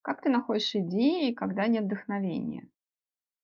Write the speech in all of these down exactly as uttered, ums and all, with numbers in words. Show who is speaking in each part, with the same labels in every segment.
Speaker 1: Как ты находишь идеи, когда нет вдохновения?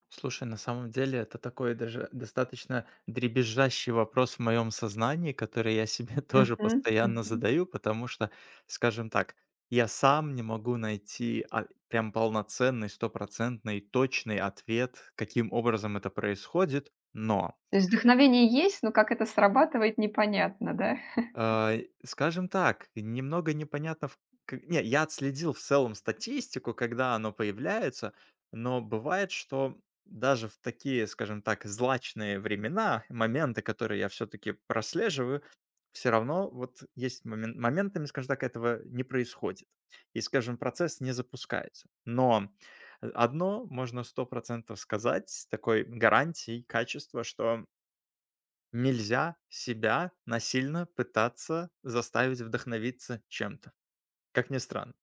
Speaker 2: Слушай, на самом деле это такой даже достаточно дребезжащий вопрос в моем сознании, который я себе тоже
Speaker 1: Мгм,
Speaker 2: постоянно
Speaker 1: мгм.
Speaker 2: задаю, потому что, скажем так, я сам не могу найти а, прям полноценный, стопроцентный, точный ответ, каким образом это происходит, но
Speaker 1: То есть вдохновение есть, но как это срабатывает, непонятно, да?
Speaker 2: А, скажем так, немного непонятно в к не, я отследил в целом статистику, когда оно появляется, но бывает, что даже в такие, скажем так, злачные времена, моменты, которые я все таки прослеживаю, все равно вот есть момен моментами, скажем так, этого не происходит. И, скажем, процесс не запускается. Но, э, одно можно сто процентов сказать такой гарантией качества, что Нельзя себя насильно пытаться заставить вдохновиться чем-то, как ни странно.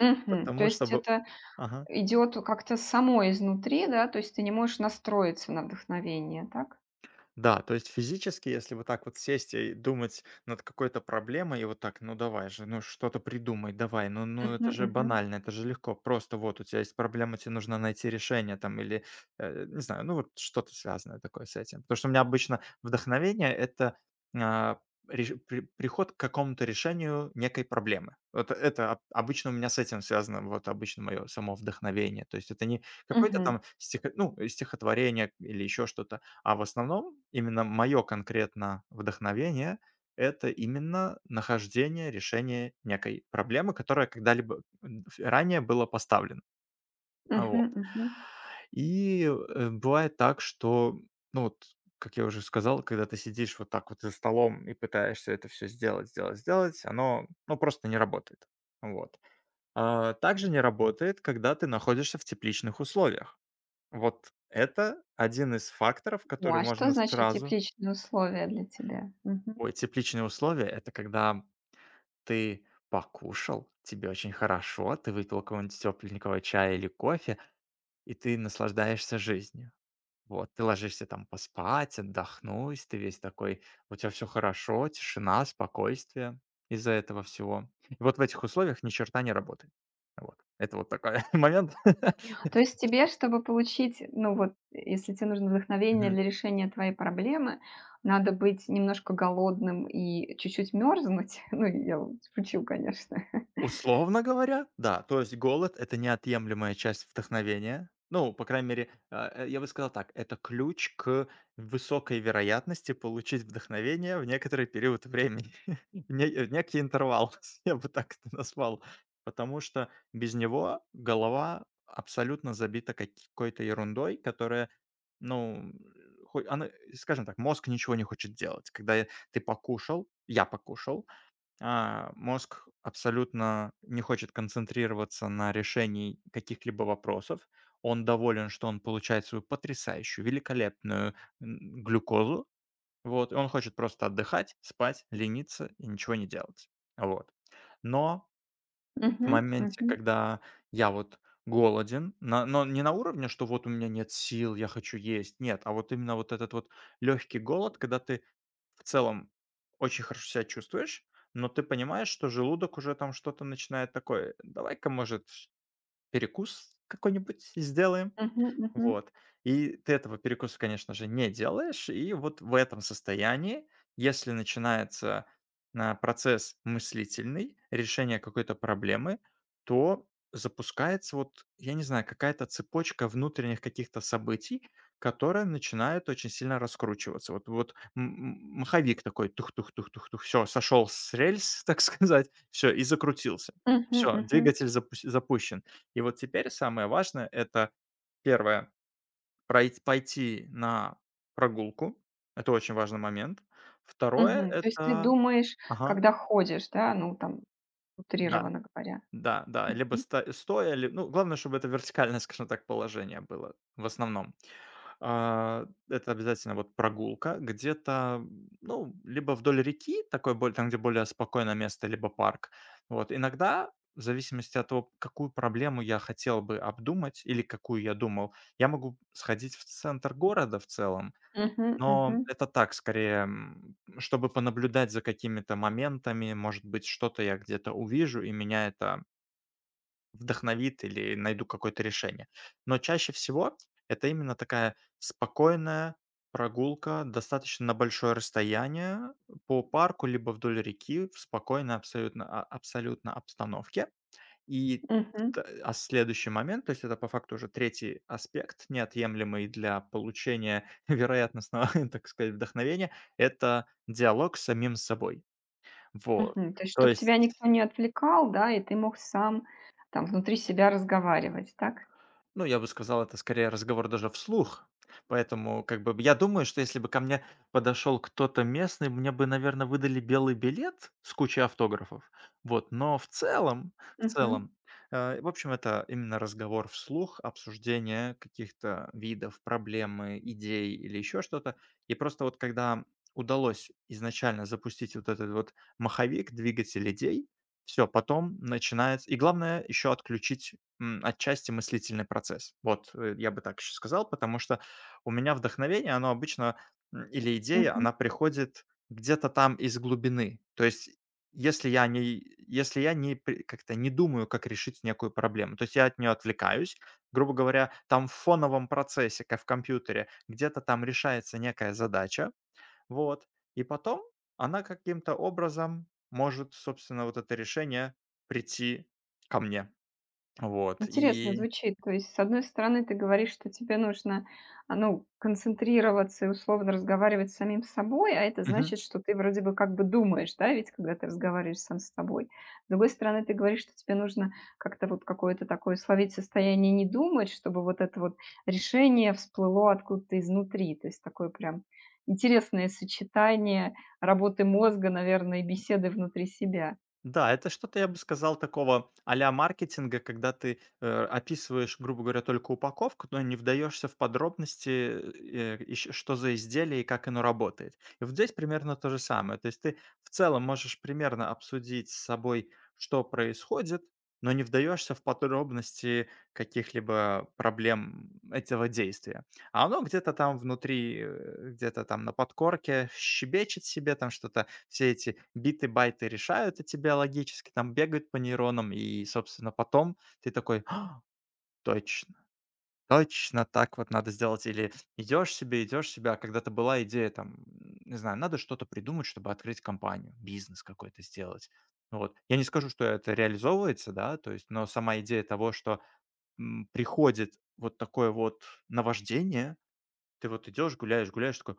Speaker 1: Мгм. То
Speaker 2: Потому
Speaker 1: есть
Speaker 2: чтобы
Speaker 1: это
Speaker 2: Ага.
Speaker 1: идет как-то само изнутри, да? То есть ты не можешь настроиться на вдохновение, так?
Speaker 2: Да, то есть физически, если вот так вот сесть и думать над какой-то проблемой, и вот так, ну давай же, ну что-то придумай, давай, ну, ну
Speaker 1: Мгм,
Speaker 2: это же
Speaker 1: мгм.
Speaker 2: банально, это же легко, просто вот у тебя есть проблема, тебе нужно найти решение там или, э, не знаю, ну вот что-то связанное такое с этим. Потому что у меня обычно вдохновение– это а, реш- при- приход к какому-то решению некой проблемы. Вот это об- обычно у меня с этим связано, вот обычно мое само вдохновение. То есть это не какое-то
Speaker 1: Мгм,
Speaker 2: там стихо- ну, стихотворение или еще что-то, а в основном именно мое конкретно вдохновение- это именно нахождение решения некой проблемы, которая когда-либо м, ф ранее была поставлена. А,
Speaker 1: мгм,
Speaker 2: вот.
Speaker 1: мгм.
Speaker 2: И, э, бывает так, что, ну вот, как я уже сказал, когда ты сидишь вот так вот за столом и пытаешься это все сделать, сделать, сделать, оно, ну, просто не работает. Вот. А, также не работает, когда ты находишься в тепличных условиях. Вот это один из факторов,
Speaker 1: О,
Speaker 2: который
Speaker 1: а что
Speaker 2: можно
Speaker 1: значит
Speaker 2: сразу.
Speaker 1: тепличные условия для тебя?
Speaker 2: Ой, тепличные условия- это когда ты покушал, тебе очень хорошо, ты выпил какого-нибудь тепленького чая или кофе, и ты наслаждаешься жизнью. Вот, ты ложишься там поспать, отдохнуть, ты весь такой, у тебя все хорошо, тишина, спокойствие из-за этого всего. И вот в этих условиях ни черта не работает. Вот. Это вот такой момент.
Speaker 1: То есть тебе, чтобы получить, ну вот, если тебе нужно вдохновение для решения твоей проблемы, надо быть немножко голодным и чуть-чуть мерзнуть. Ну, я вот шучу, конечно.
Speaker 2: Условно говоря, да. То есть голод- это неотъемлемая часть вдохновения. Ну, по крайней мере, э, э, я бы сказал так, это ключ к высокой вероятности получить вдохновение в некоторый период времени, в не в некий интервал, я бы так это назвал. Потому что без него голова абсолютно забита какой-то ерундой, которая, ну, хо она, скажем так, мозг ничего не хочет делать. Когда я Ты покушал, я покушал, а, мозг абсолютно не хочет концентрироваться на решении каких-либо вопросов. Он доволен, что он получает свою потрясающую, великолепную м, глюкозу. Вот, и он хочет просто отдыхать, спать, лениться и ничего не делать. Вот. Но в
Speaker 1: Мгм,
Speaker 2: моменте,
Speaker 1: мгм,
Speaker 2: когда я вот голоден, на- но не на уровне, что вот у меня нет сил, я хочу есть, нет, а вот именно вот этот вот легкий голод, когда ты в целом очень хорошо себя чувствуешь, но ты понимаешь, что желудок уже там что-то начинает такое: "Давай-ка, может, перекус какой-нибудь сделаем?"
Speaker 1: мгм, мгм,
Speaker 2: Вот. И ты этого перекуса, конечно же, не делаешь. И вот в этом состоянии, если начинается а, процесс мыслительный, решение какой-то проблемы, то запускается вот, я не знаю, какая-то цепочка внутренних каких-то событий, которые начинают очень сильно раскручиваться. Вот, вот м- м- маховик такой, тух-тух-тух-тух-тух, все, сошел с рельс, так сказать, все, и закрутился.
Speaker 1: мгм,
Speaker 2: Все,
Speaker 1: мгм,
Speaker 2: двигатель запу- запущен. И вот теперь самое важное— это первое, пройти, пойти на прогулку. Это очень важный момент. Второе
Speaker 1: мгм. То есть ты
Speaker 2: это.
Speaker 1: думаешь,
Speaker 2: Ага.
Speaker 1: когда ходишь, да, ну, там,
Speaker 2: Да,
Speaker 1: утрированно говоря.
Speaker 2: да, да. Либо
Speaker 1: Мгм,
Speaker 2: ста стоя, ли ну, главное, чтобы это вертикальное, скажем так, положение было в основном. А, это обязательно вот прогулка где-то, ну, либо вдоль реки, такой боль там, где более спокойное место, либо парк. Вот. Иногда, в зависимости от того, какую проблему я хотел бы обдумать или какую я думал, я могу сходить в центр города в целом.
Speaker 1: мгм,
Speaker 2: Но
Speaker 1: мгм,
Speaker 2: это так, скорее, м, чтобы понаблюдать за какими-то моментами. Может быть, что-то я где-то увижу, и меня это вдохновит или найду какое-то решение. Но чаще всего это именно такая спокойная прогулка, достаточно на большое расстояние по парку, либо вдоль реки в спокойной абсолютно, а, абсолютно обстановке. И вт
Speaker 1: мгм,
Speaker 2: а следующий момент, то есть это по факту уже третий аспект, неотъемлемый для получения вероятностного, так сказать, вдохновения- это диалог с самим собой. Вот.
Speaker 1: мгм. То есть
Speaker 2: То
Speaker 1: чтобы
Speaker 2: есть
Speaker 1: тебя никто не отвлекал, да, и ты мог сам, там, внутри себя разговаривать, так?
Speaker 2: Ну, я бы сказал, это скорее разговор даже вслух. Поэтому, как бы, я думаю, что если бы ко мне подошел кто-то местный, мне бы, наверное, выдали белый билет с кучей автографов. Вот, но в целом, в
Speaker 1: Мгм,
Speaker 2: целом, э, в общем, это именно разговор вслух, обсуждение каких-то видов, проблемы, идей или еще что-то. И просто вот когда удалось изначально запустить вот этот вот маховик, двигатель идей, все, потом начинается. И главное еще отключить М, отчасти мыслительный процесс. Вот, э, я бы так еще сказал, потому что у меня вдохновение, оно обычно, м, или идея,
Speaker 1: мгм.
Speaker 2: она приходит где-то там из глубины. То есть, если я не, если я не при- как-то не думаю, как решить некую проблему, то есть я от нее отвлекаюсь, грубо говоря, там в фоновом процессе, как в компьютере, где-то там решается некая задача, вот, и потом она каким-то образом может, собственно, вот это решение прийти ко мне. Вот.
Speaker 1: Интересно
Speaker 2: И.
Speaker 1: звучит. То есть, с одной стороны, ты говоришь, что тебе нужно, а, ну, концентрироваться и условно разговаривать с самим собой, а это
Speaker 2: Мгм.
Speaker 1: значит, что ты вроде бы как бы думаешь, да, ведь когда ты разговариваешь сам с собой. С другой стороны, ты говоришь, что тебе нужно как-то вот какое-то такое словить состояние не думать, чтобы вот это вот решение всплыло откуда-то изнутри. То есть такое прям интересное сочетание работы мозга, наверное, и беседы внутри себя.
Speaker 2: Да, это что-то, я бы сказал, такого а-ля маркетинга, когда ты э, описываешь, грубо говоря, только упаковку, но не вдаешься в подробности, э, э, ещё что за изделие и как оно работает. И вот здесь примерно то же самое. То есть ты в целом можешь примерно обсудить с собой, что происходит, но не вдаешься в подробности каких-либо проблем этого действия. А оно где-то там внутри, э, где-то там на подкорке щебечет себе, там что-то все эти биты, байты решают от тебя логически, там бегают по нейронам, и, собственно, потом ты такой: "А, точно, точно так вот надо сделать". Или идешь себе, идешь себе, а когда-то была идея там, не знаю, надо что-то придумать, чтобы открыть компанию, бизнес какой-то сделать. Вот. Я не скажу, что это реализовывается, да, то есть, но сама идея того, что, м, приходит вот такое вот наваждение, ты вот идешь, гуляешь, гуляешь, такой: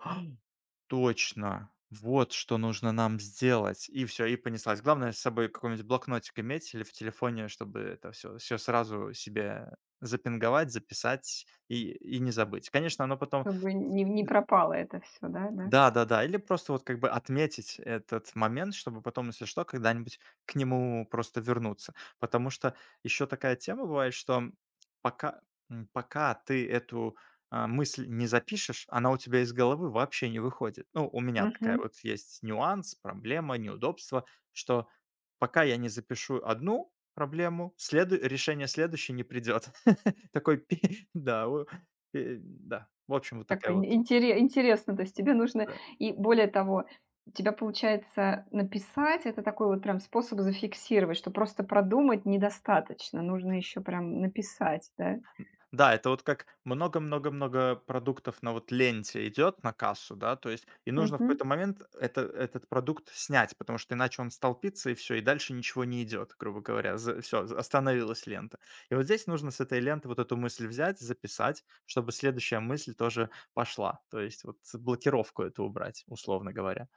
Speaker 2: точно, вот что нужно нам сделать. И все, и понеслась. Главное с собой какой-нибудь блокнотик иметь или в телефоне, чтобы это все все сразу себе запинговать, записать и и не забыть. Конечно, оно потом
Speaker 1: Чтобы не, не пропало это все, да, да.
Speaker 2: да-да-да, или просто вот как бы отметить этот момент, чтобы потом, если что, когда-нибудь к нему просто вернуться. Потому что еще такая тема бывает, что пока, м, пока ты эту а, мысль не запишешь, она у тебя из головы вообще не выходит. Ну, у меня такая
Speaker 1: Мгм.
Speaker 2: вот есть нюанс, проблема, неудобство, что пока я не запишу одну проблему, следу- решение следующей не придет. Такой, пе- да, у- пе- да. В общем, вот такая
Speaker 1: Такой ин
Speaker 2: вот.
Speaker 1: интере интересно, то есть тебе нужно
Speaker 2: Да.
Speaker 1: и более того, у тебя получается написать — это такой вот прям способ зафиксировать, что просто продумать недостаточно, нужно еще прям написать, да?
Speaker 2: Да, это вот как много-много-много продуктов на вот ленте идет на кассу, да, то есть и нужно в
Speaker 1: Мгм.
Speaker 2: какой-то момент это, этот продукт снять, потому что иначе он столпится и все, и дальше ничего не идет, грубо говоря, все, остановилась лента. И вот здесь нужно с этой ленты вот эту мысль взять, записать, чтобы следующая мысль тоже пошла, то есть вот блокировку эту убрать, условно говоря.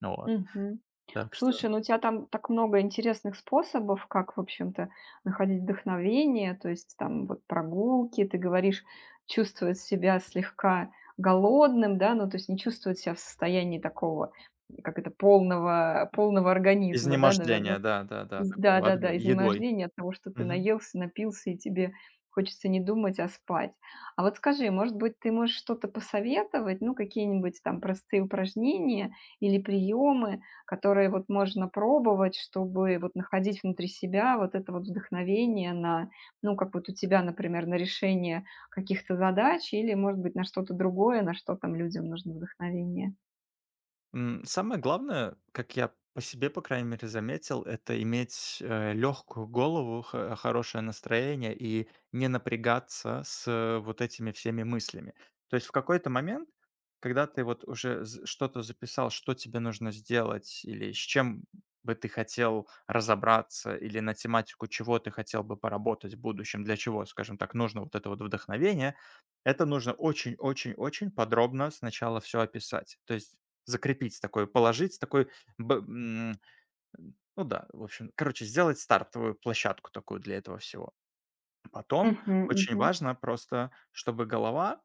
Speaker 2: Ну вот,
Speaker 1: Мгм.
Speaker 2: так что
Speaker 1: Слушай, ну у тебя там так много интересных способов, как, в общем-то, находить вдохновение, то есть там вот прогулки, ты говоришь, чувствовать себя слегка голодным, да, ну то есть не чувствовать себя в состоянии такого, как это, полного, полного организма, да, наверное,
Speaker 2: изнемождение, да-да-да,
Speaker 1: из
Speaker 2: такого,
Speaker 1: да-да-да,
Speaker 2: адм- едой.
Speaker 1: изнеможение от того, что ты наелся, напился, и тебе хочется не думать, а спать. А вот скажи, может быть, ты можешь что-то посоветовать, ну, какие-нибудь там простые упражнения или приемы, которые вот можно пробовать, чтобы вот находить внутри себя вот это вот вдохновение на, ну, как вот у тебя, например, на решение каких-то задач или, может быть, на что-то другое, на что там людям нужно вдохновение?
Speaker 2: М, самое главное, как я по себе, по крайней мере, заметил, это иметь, э, легкую голову, хо хорошее настроение и не напрягаться с, э, вот этими всеми мыслями. То есть в какой-то момент, когда ты вот уже з что-то записал, что тебе нужно сделать или с чем бы ты хотел разобраться, или на тематику чего ты хотел бы поработать в будущем, для чего, скажем так, нужно вот это вот вдохновение, это нужно очень очень очень подробно сначала все описать. То есть закрепить такой, положить такой, б м, ну да, в общем, короче, сделать стартовую площадку такую для этого всего. Потом
Speaker 1: Мгм,
Speaker 2: очень
Speaker 1: мгм.
Speaker 2: важно просто, чтобы голова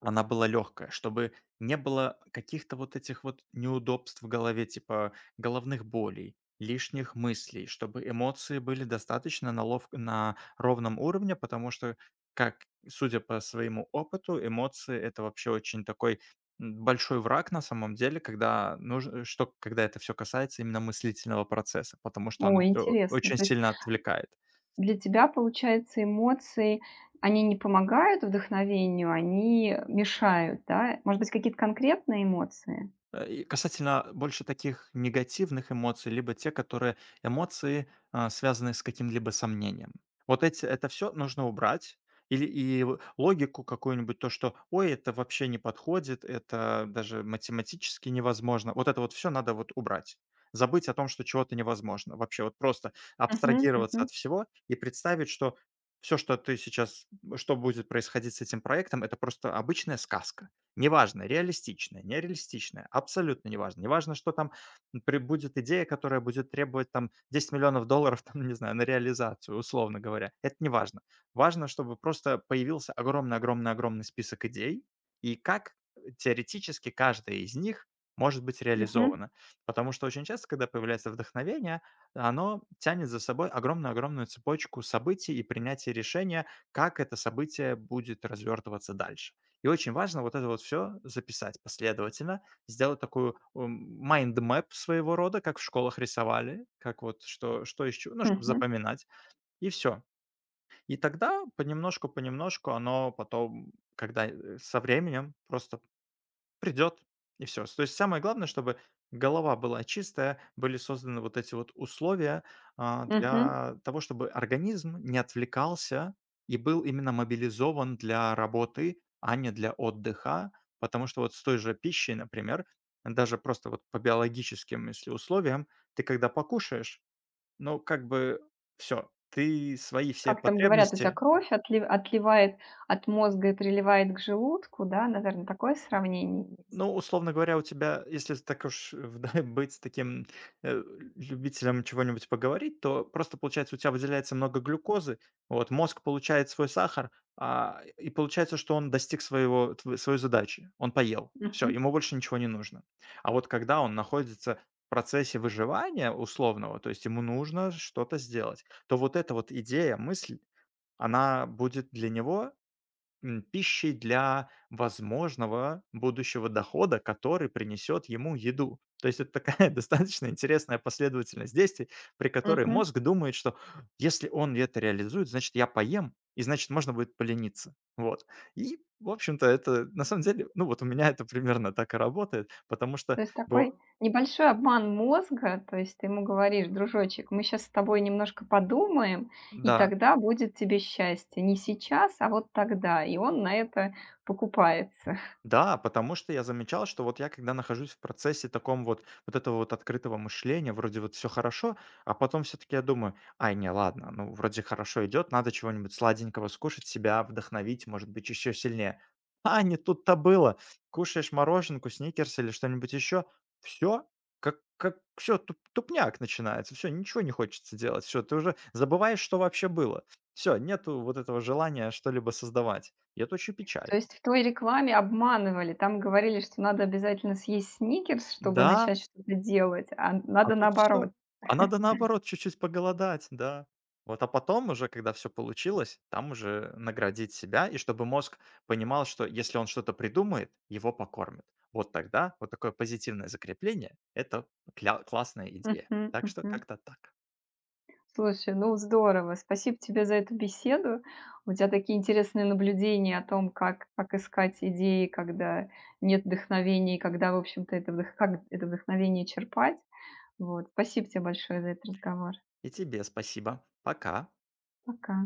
Speaker 2: она была легкая, чтобы не было каких-то вот этих вот неудобств в голове, типа головных болей, лишних мыслей, чтобы эмоции были достаточно на, лов- на ровном уровне, потому что, как судя по своему опыту, эмоции это вообще очень такой м, большой враг на самом деле, когда нужно, что когда это все касается именно мыслительного процесса, потому что оно
Speaker 1: О,
Speaker 2: все
Speaker 1: интересно.
Speaker 2: очень
Speaker 1: То есть,
Speaker 2: сильно отвлекает.
Speaker 1: для тебя, получается, эмоции, они не помогают вдохновению, они мешают, да? Может быть, какие-то конкретные эмоции?
Speaker 2: Э, и касательно больше таких негативных эмоций, либо те, которые эмоции, а, связанные с каким-либо сомнением. Вот эти это все нужно убрать. Или и в логику какую-нибудь, то, что: "Ой, это вообще не подходит, это даже математически невозможно". Вот это вот все надо вот убрать. Забыть о том, что чего-то невозможно. Вообще вот просто
Speaker 1: Мгм,
Speaker 2: абстрагироваться
Speaker 1: мгм,
Speaker 2: от всего и представить, что все, что ты сейчас, что будет происходить с этим проектом, это просто обычная сказка. Неважно, реалистичное, нереалистичное, абсолютно неважно. Неважно, что там при будет идея, которая будет требовать там десять миллионов долларов, там, не знаю, на реализацию, условно говоря. Это неважно. Важно, Важно, чтобы просто появился огромный-огромный-огромный список идей, и как э, теоретически каждая из них может быть
Speaker 1: мгм,
Speaker 2: реализована. Потому что очень часто, когда появляется вдохновение, оно тянет за собой огромную-огромную цепочку событий и принятия решения, как это событие будет развертываться дальше. И очень важно вот это вот все записать последовательно, сделать такую, м, mind map своего рода, как в школах рисовали, как вот что что из чего, ну, чтобы
Speaker 1: мгм,
Speaker 2: запоминать, и все. И тогда понемножку-понемножку оно потом, когда, э, со временем просто придет, и все. То есть самое главное, чтобы голова была чистая, были созданы вот эти вот условия, а,
Speaker 1: мгм.
Speaker 2: для того, чтобы организм не отвлекался и был именно мобилизован для работы, а не для отдыха. Потому что вот с той же пищей, например, даже просто вот по биологическим, если условиям, ты когда покушаешь, ну, как бы все, ты свои все
Speaker 1: Как там говорят, у тебя
Speaker 2: потребности.
Speaker 1: кровь отли- отливает от мозга и приливает к желудку, да? Наверное, такое сравнение есть.
Speaker 2: Ну, условно говоря, у тебя, если так уж э, в да быть таким, э, любителем чего-нибудь поговорить, то просто, получается, у тебя выделяется много глюкозы, вот, мозг получает свой сахар, а, и получается, что он достиг своего тв своей задачи. Он поел. Все,
Speaker 1: Мгм,
Speaker 2: ему больше ничего не нужно. А вот когда он находится в процессе выживания условного, то есть ему нужно что-то сделать, то вот эта вот идея, мысль, она будет для него м, пищей для возможного будущего дохода, который принесет ему еду. То есть это такая достаточно интересная последовательность действий, при которой
Speaker 1: мгм.
Speaker 2: мозг думает, что если он это реализует, значит, я поем, и значит, можно будет полениться. Вот. И, в общем-то, это на самом деле, ну вот у меня это примерно так и работает, потому что,
Speaker 1: То есть такой
Speaker 2: бо-
Speaker 1: небольшой обман мозга. То есть ты ему говоришь: "Дружочек, мы сейчас с тобой немножко подумаем, и
Speaker 2: да.
Speaker 1: тогда будет тебе счастье. Не сейчас, а вот тогда". И он на это покупается.
Speaker 2: Да, потому что я замечал, что вот я когда нахожусь в процессе таком вот вот этого вот открытого мышления, вроде вот все хорошо, а потом все таки я думаю: "Ай, не, ладно, ну, вроде хорошо идет, надо чего-нибудь сладенького скушать, себя вдохновить, может быть, еще сильнее". А не тут-то было. Кушаешь мороженку, сникерс или что-нибудь еще, все, как как все, тупняк начинается, все, ничего не хочется делать, все, ты уже забываешь, что вообще было. Все, нету вот этого желания что-либо создавать, и это очень печально.
Speaker 1: То есть в той рекламе обманывали. Там говорили, что надо обязательно съесть "Сникерс", чтобы
Speaker 2: Да.
Speaker 1: начать что-то делать, а
Speaker 2: А
Speaker 1: надо
Speaker 2: тут все.
Speaker 1: наоборот.
Speaker 2: А надо, наоборот, чуть-чуть поголодать, да. Вот, а потом уже, когда все получилось, там уже наградить себя, и чтобы мозг понимал, что если он что-то придумает, его покормят. Вот тогда вот такое позитивное закрепление- это кля классная идея.
Speaker 1: Мгм,
Speaker 2: Так что
Speaker 1: мгм.
Speaker 2: как-то так.
Speaker 1: Слушай, ну здорово. Спасибо тебе за эту беседу. У тебя такие интересные наблюдения о том, как, как искать идеи, когда нет вдохновения, и когда, в общем-то, это вдох- как это вдохновение черпать. Вот. Спасибо тебе большое за этот разговор.
Speaker 2: И тебе спасибо. Пока.
Speaker 1: Пока.